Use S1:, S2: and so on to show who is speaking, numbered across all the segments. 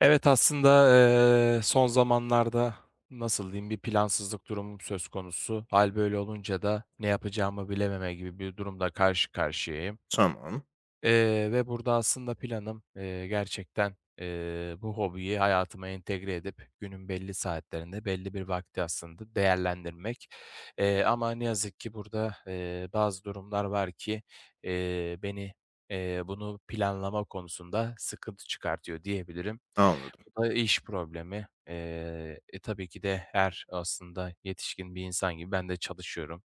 S1: Evet aslında son zamanlarda nasıl diyeyim bir plansızlık durumum söz konusu. Hal böyle olunca da ne yapacağımı bilememe gibi bir durumda karşı karşıyayım.
S2: Tamam,
S1: Ve burada aslında planım, gerçekten, bu hobiyi hayatıma entegre edip günün belli saatlerinde, belli bir vakti aslında değerlendirmek. Ama ne yazık ki burada, bazı durumlar var ki, beni, bunu planlama konusunda sıkıntı çıkartıyor diyebilirim.
S2: anladım.
S1: Bu da iş problemi. Tabii ki de her aslında yetişkin bir insan gibi ben de çalışıyorum.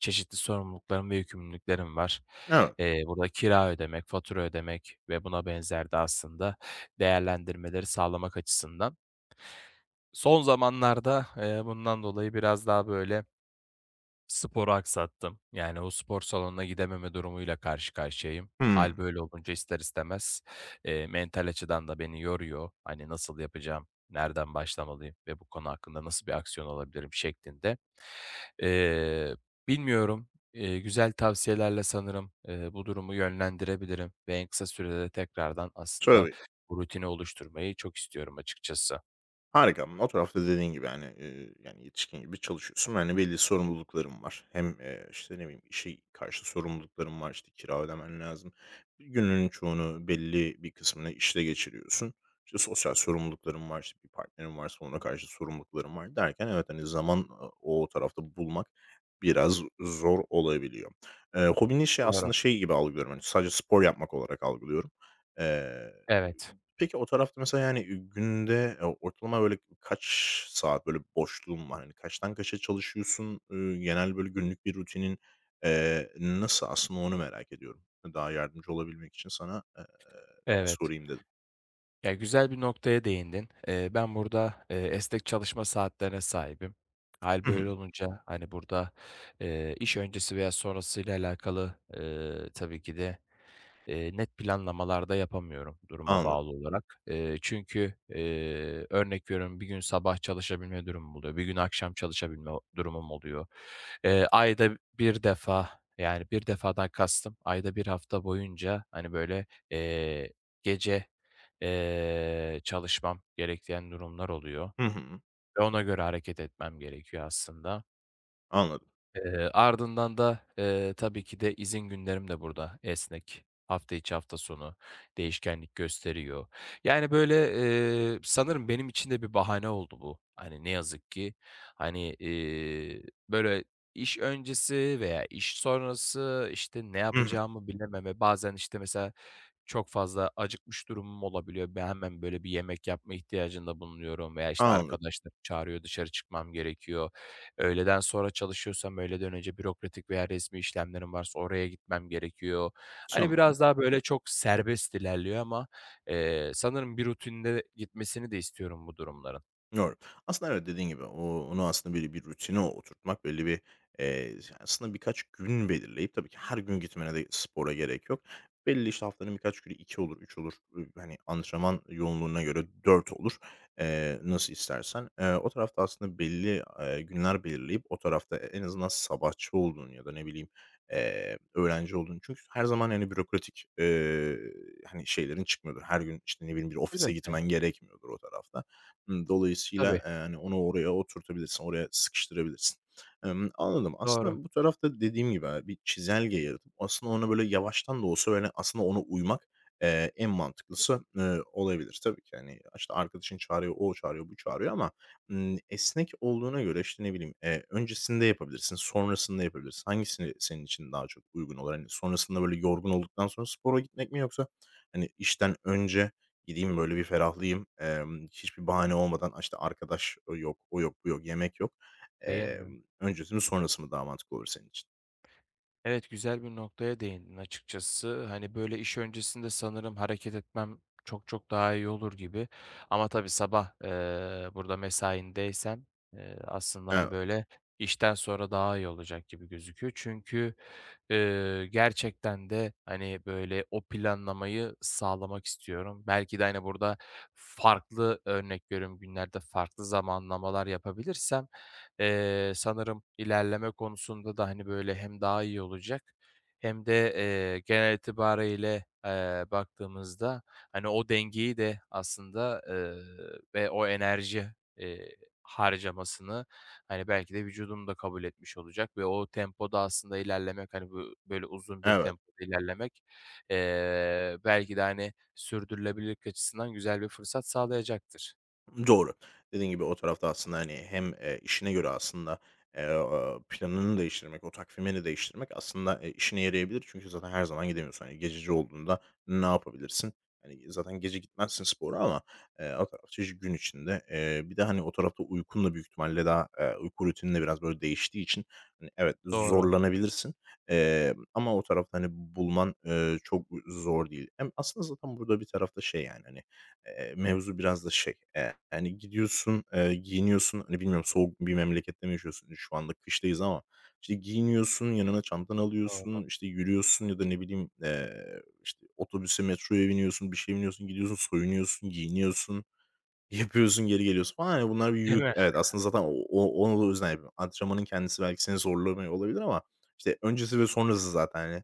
S1: Çeşitli sorumluluklarım ve yükümlülüklerim var.
S2: Evet.
S1: Burada kira ödemek, fatura ödemek ve buna benzer de aslında değerlendirmeleri sağlamak açısından. Son zamanlarda, bundan dolayı biraz daha böyle sporu aksattım. Yani, o spor salonuna gidememe durumuyla karşı karşıyayım. Hâl
S2: Hımm.
S1: böyle olunca ister istemez, mental açıdan da beni yoruyor. Hani, nasıl yapacağım, nereden başlamalıyım ve bu konu hakkında nasıl bir aksiyon alabilirim şeklinde. Eee, Bilmiyorum, güzel tavsiyelerle sanırım, bu durumu yönlendirebilirim ve en kısa sürede tekrardan aslında
S2: Tabii.
S1: bu rutini oluşturmayı çok istiyorum açıkçası.
S2: Harika. O tarafta dediğin gibi, hani, yani, yetişkin gibi çalışıyorsun yani belli sorumlulukların var. Hem, işte, ne bileyim, işe karşı sorumlulukların var, işte, kira ödemen lazım. Günün çoğunu belli bir kısmını işte geçiriyorsun. İşte, sosyal sorumlulukların var, işte, bir partnerim varsa ona karşı sorumlulukların var derken evet, hani, zaman, o tarafta bulmak biraz zor olabiliyor. Hobini şey
S1: Doğru.
S2: aslında şey gibi algılıyorum, hani, sadece spor yapmak olarak algılıyorum.
S1: Evet,
S2: Peki o tarafta mesela, yani, günde, ortalama böyle kaç saat böyle boşluğun var? Hani, kaçtan kaça çalışıyorsun? Genel böyle günlük bir rutinin, nasıl aslında onu merak ediyorum. Daha yardımcı olabilmek için sana,
S1: evet.
S2: sorayım dedim.
S1: Ya, güzel bir noktaya değindin. Ben burada, esnek çalışma saatlerine sahibim. Hal
S2: Hı hı.
S1: böyle olunca, hani, burada, iş öncesi veya sonrasıyla alakalı, tabii ki de net planlamalarda yapamıyorum duruma
S2: Anladım.
S1: bağlı olarak. Çünkü, örnek veriyorum bir gün sabah çalışabilme durumum oluyor, bir gün akşam çalışabilme durumum oluyor. Ayda bir defa, yani bir defadan kastım ayda bir hafta boyunca, hani, böyle, eee, gece, çalışmam gereken durumlar oluyor
S2: Hı hı.
S1: ve ona göre hareket etmem gerekiyor aslında.
S2: Anladım.
S1: Ardından da, tabii ki de izin günlerim de burada esnek. Hafta içi, hafta sonu değişkenlik gösteriyor. Yani, böyle, sanırım benim için de bir bahane oldu bu. Hani, ne yazık ki, hani, böyle, iş öncesi veya iş sonrası, işte, ne
S2: Hı hı.
S1: yapacağımı bilememe, bazen, işte, mesela çok fazla acıkmış durumum olabiliyor. Ben hemen böyle bir yemek yapma ihtiyacında bulunuyorum veya, işte,
S2: Anladım.
S1: arkadaşlarım çağırıyor, dışarı çıkmam gerekiyor. Öğleden sonra çalışıyorsam öğleden önce bürokratik veya resmi işlemlerim varsa oraya gitmem gerekiyor. Hani,
S2: Tamam.
S1: biraz daha böyle çok serbest ilerliyor ama, sanırım bir rutinde gitmesini de istiyorum bu durumların.
S2: Doğru. Aslında evet, dediğin gibi onu aslında bir rutine oturtmak, belli bir, aslında birkaç gün belirleyip tabii ki her gün gitmene de spora gerek yok. Belli, işte, haftanın birkaç günü 2 olur, 3 olur, hani, antrenman yoğunluğuna göre 4 olur, nasıl istersen. O tarafta aslında belli, günler belirleyip o tarafta en azından sabahçı olduğun ya da ne bileyim, öğrenci olduğun çünkü her zaman, yani bürokratik, hani, şeylerin çıkmıyordur. Her gün, işte, ne bileyim, bir ofise
S1: Elbette.
S2: gitmen gerekmiyordur o tarafta. Hımm, dolayısıyla,
S1: Tabii.
S2: hani, onu oraya oturtabilirsin, oraya sıkıştırabilirsin. Anladım.
S1: Doğru.
S2: Aslında bu tarafta dediğim gibi, bir çizelge yaratıp aslında ona böyle yavaştan da olsa böyle aslında ona uymak, en mantıklısı, olabilir. Tabii ki, hani, işte, arkadaşın çağırıyor, o çağırıyor, bu çağırıyor ama, esnek olduğuna göre, işte, ne bileyim, öncesinde yapabilirsin, sonrasında yapabilirsin. Hangisini senin için daha çok uygun olur? Hani, sonrasında böyle yorgun olduktan sonra spora gitmek mi yoksa, hani, işten önce, gideyim böyle bir ferahlayayım. Hiçbir bahane olmadan, işte, arkadaş o yok, o yok, bu yok, yemek yok.
S1: Değil mi?
S2: Öncesi mi sonrası mı daha mantıklı olur senin için?
S1: Evet, güzel bir noktaya değindin açıkçası. Hani, böyle, iş öncesinde sanırım hareket etmem çok çok daha iyi olur gibi ama tabii sabah, burada mesaimdeysem, aslında, hani,
S2: E,
S1: böyle, işten sonra daha iyi olacak gibi gözüküyor. Çünkü, gerçekten de, hani, böyle, o planlamayı sağlamak istiyorum. Belki de, hani, burada farklı, örnek veriyorum, günlerde farklı zamanlamalar yapabilirsem sanırım ilerleme konusunda da, hani, böyle hem daha iyi olacak hem de, genel itibarıyla, baktığımızda, hani, o dengeyi de aslında, ve o enerji, eee, harcamasını, hani, belki de vücudum da kabul etmiş olacak ve o tempoda aslında ilerlemek, hani, bu böyle uzun bir
S2: evet.
S1: tempoda ilerlemek, belki de, hani, sürdürülebilirlik açısından güzel bir fırsat sağlayacaktır.
S2: Doğru. Dediğin gibi o tarafta aslında, hani, hem, işine göre aslında, planını değiştirmek, o takvimini değiştirmek aslında, işine yarayabilir. Çünkü zaten her zaman gidemiyorsun. Hani, gececi olduğunda ne yapabilirsin? Hani, zaten gece gitmezsin spora ama, o tarafta iş gün içinde. Bir de, hani, o tarafta uykun da büyük ihtimalle daha, uyku rutinin de biraz böyle değiştiği için, hani, evet,
S1: Doğru,
S2: zorlanabilirsin. Ama o tarafta, hani, bulman, çok zor değil. Hem aslında zaten burada bir tarafta şey, yani, hani. Mevzu biraz da şey, yani gidiyorsun, giyiniyorsun, hani, bilmiyorum soğuk bir memlekette mi yaşıyorsun? Şu anda kıştayız ama, işte, giyiniyorsun, yanına çantanı
S1: doğru.
S2: alıyorsun, işte, yürüyorsun ya da ne bileyim, işte, otobüse, metroya biniyorsun, bir şeye biniyorsun, gidiyorsun, soyunuyorsun, giyiniyorsun. Yapıyorsun, geri geliyorsun falan. Hani bunlar bir
S1: Değil
S2: yük.
S1: mi?
S2: Evet, aslında zaten o o onu da o yüzden yapıyorum. Antrenmanın kendisi belki seni zorlamıyor olabilir ama, işte, öncesi ve sonrası zaten, hani,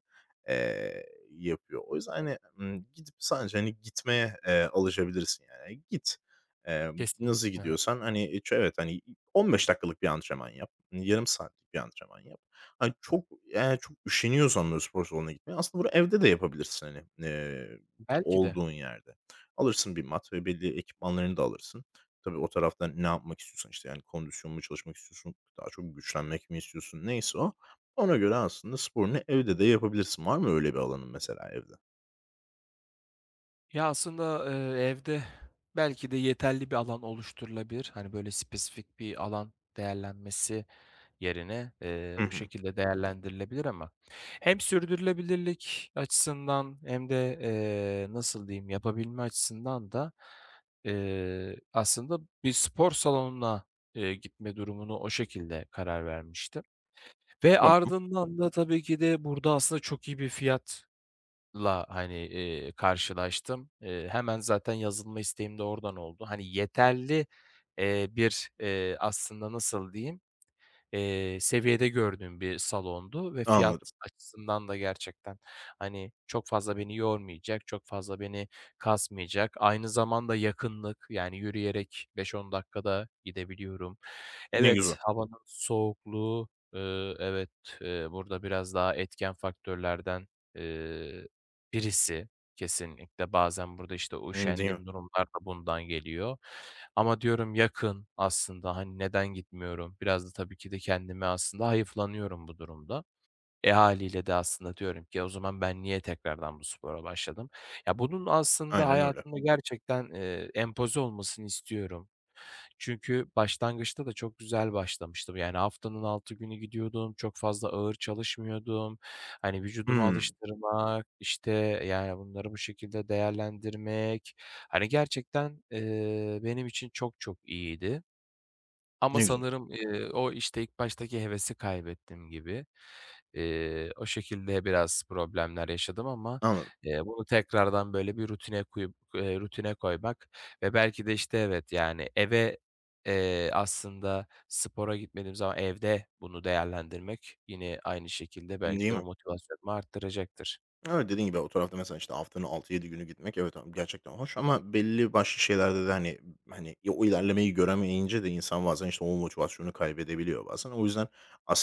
S2: yapıyor. O yüzden, hani, gidip sadece, hani, gitmeye, alışabilirsin yani. Hani, git. Eee, nasıl
S1: Kesinlikle.
S2: gidiyorsan, hani, evet, hani, 15 dakikalık bir antrenman yap, hani, yarım saatlik bir antrenman yap. Hani, eğer çok üşeniyorsan böyle spor salonuna gitmeye aslında bunu evde de yapabilirsin, hani,
S1: Belki de.
S2: olduğun yerde. Alırsın bir mat ve belli ekipmanlarını da alırsın. Tabii o taraftan ne yapmak istiyorsan, işte, yani, kondisyon mu çalışmak istiyorsun, daha çok güçlenmek mi istiyorsun, neyse o. Ona göre aslında sporunu evde de yapabilirsin. Var mı öyle bir alanın mesela evde?
S1: Ya, aslında, evde belki de yeterli bir alan oluşturulabilir. Hani, böyle, spesifik bir alan değerlenmesi yerine,
S2: Hı
S1: bu
S2: hı.
S1: şekilde değerlendirilebilir ama hem sürdürülebilirlik açısından hem de, nasıl diyeyim, yapabilme açısından da, aslında bir spor salonuna, gitme durumunu o şekilde karar vermiştim ve
S2: Tamam,
S1: ardından da tabii ki de burada aslında çok iyi bir fiyat la, hani, karşılaştım. Hemen zaten yazılma isteğim de oradan oldu. Hani yeterli, bir, aslında nasıl diyeyim, seviyede gördüğüm bir salondu ve fiyat
S2: anladım.
S1: açısından da gerçekten, hani, çok fazla beni yormayacak, çok fazla beni kasmayacak. Aynı zamanda yakınlık, yani, yürüyerek 5-10 dakikada gidebiliyorum.
S2: Ne
S1: Evet,
S2: güzel.
S1: havanın soğukluğu, evet, burada biraz daha etken faktörlerden, eee, birisi kesinlikle. Bazen burada, işte,
S2: Değil mi?
S1: üşendiğim durumlar da bundan geliyor. Ama diyorum yakın aslında, hani, neden gitmiyorum? Biraz da tabii ki de kendime aslında hayıflanıyorum bu durumda. Haliyle de aslında diyorum ki, "O zaman ben niye tekrardan bu spora başladım?" Ya, bunun aslında
S2: Aynen öyle.
S1: hayatıma gerçekten, empoze olmasını istiyorum. Çünkü başlangıçta da çok güzel başlamıştım. Yani haftanın 6 günü gidiyordum. Çok fazla ağır çalışmıyordum. Hani vücudumu
S2: Hımm,
S1: alıştırmak, işte, yani, bunları bu şekilde değerlendirmek, hani, gerçekten, benim için çok çok iyiydi. Ama
S2: ne güzel.
S1: sanırım, o, işte, ilk baştaki hevesi kaybettim gibi. O şekilde biraz problemler yaşadım ama,
S2: Anladım.
S1: bunu tekrardan, böyle, bir rutine kuyup rutine koymak ve belki de, işte, evet, yani, eve, aslında spora gitmediğim zaman evde bunu değerlendirmek yine aynı şekilde belki
S2: Değil
S1: de o
S2: mi?
S1: motivasyonumu arttıracaktır,
S2: Evet, dediğin gibi o tarafta mesela, işte, haftanın altı yedi günü gitmek evet, abi, gerçekten hoş ama belli başlı şeylerde de, hani, o ilerlemeyi göremeyince de insan bazen, işte, o motivasyonu kaybedebiliyor bazen. O yüzden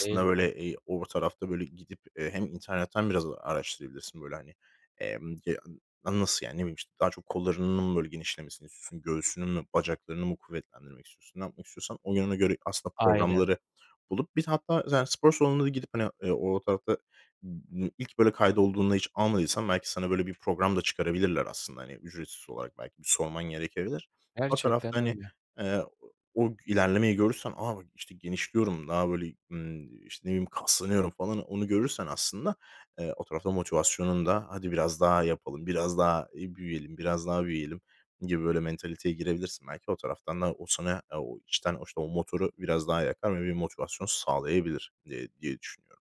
S1: değil mi?
S2: böyle, o tarafta, böyle, gidip, hem internetten biraz araştırabilirsin, böyle, hani, ya, nasıl yani, ne bileyim, işte, daha çok kollarının mı, böyle, genişlemesini istiyorsun, göğsünün mü, bacaklarını mı kuvvetlendirmek istiyorsun, ne yapmak istiyorsan o yöne göre aslında
S1: Aynen,
S2: programları bulup bir de hatta, yani, spor salonuna da gidip, hani, o tarafta. Imm, ilk böyle kaydolduğunda hiç almadıysan belki sana böyle bir program da çıkarabilirler aslında. Hani, ücretsiz olarak belki bir sorman gerekebilir. O
S1: gerçekten
S2: tarafta, hani,
S1: öyle.
S2: eee, o ilerlemeyi görürsen, "A, bak, işte, genişliyorum, daha böyle, işte, ne bileyim, kaslanıyorum." falan, onu görürsen aslında, o tarafta motivasyonun da, "Hadi biraz daha yapalım, biraz daha, büyüyelim, biraz daha büyüyelim." gibi böyle mentaliteye girebilirsin. Belki o taraftan da o sana, o içten, o, işte, o motoru biraz daha yakar ve bir motivasyon sağlayabilir diye diye düşünüyorum.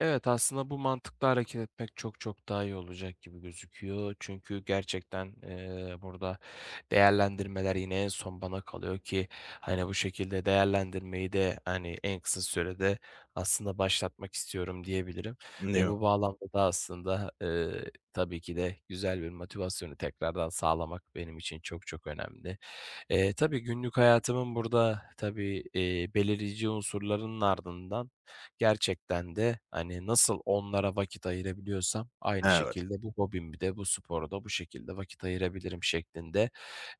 S1: Evet aslında bu mantıkla hareket etmek çok çok daha iyi olacak gibi gözüküyor. Çünkü gerçekten burada değerlendirmeler yine en son bana kalıyor ki hani bu şekilde değerlendirmeyi de hani en kısa sürede aslında başlatmak istiyorum diyebilirim.
S2: Değil
S1: Ve
S2: mi?
S1: bu bağlamda da aslında tabii ki de güzel bir motivasyonu tekrardan sağlamak benim için çok çok önemli. Tabii günlük hayatımın burada tabii, belirleyici unsurlarının ardından gerçekten de, hani, nasıl onlara vakit ayırabiliyorsam aynı
S2: Evet.
S1: şekilde bu hobimi de bu spora da bu şekilde vakit ayırabilirim şeklinde,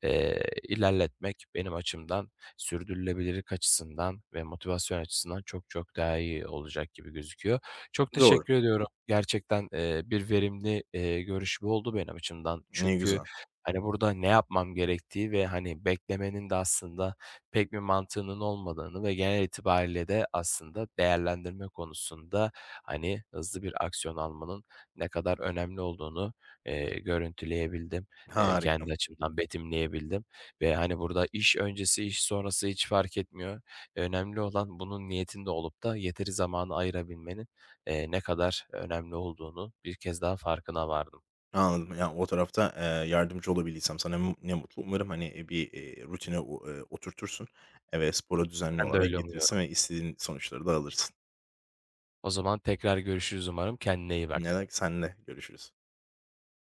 S1: ilerletmek benim açımdan sürdürülebilirlik açısından ve motivasyon açısından çok çok daha iyi olacak gibi gözüküyor. Çok
S2: Doğru.
S1: teşekkür ediyorum. Gerçekten, bir verimli, görüşme oldu benim açımdan.
S2: Ne
S1: Çünkü
S2: güzel.
S1: hani, burada ne yapmam gerektiği ve, hani, beklemenin de aslında pek bir mantığının olmadığını ve genel itibariyle de aslında değerlendirme konusunda, hani, hızlı bir aksiyon almanın ne kadar önemli olduğunu, görüntüleyebildim.
S2: Harika.
S1: Kendi açımdan betimleyebildim ve, hani, burada iş öncesi, iş sonrası hiç fark etmiyor. Önemli olan bunun niyetinde olup da yeteri zamanı ayırabilmenin, ne kadar önemli olduğunu bir kez daha farkına vardım.
S2: Anladım. Yani o tarafta, yardımcı olabildiysem sana ne mutlu. Umarım, hani, bir, rutine o oturtursun, ve spora düzenli
S1: Ben de
S2: olarak
S1: öyle
S2: getirirsin
S1: umuyorum.
S2: ve istediğin sonuçları da alırsın.
S1: O zaman tekrar görüşürüz umarım. Kendine iyi
S2: Ne
S1: bak.
S2: demek, seninle. Görüşürüz.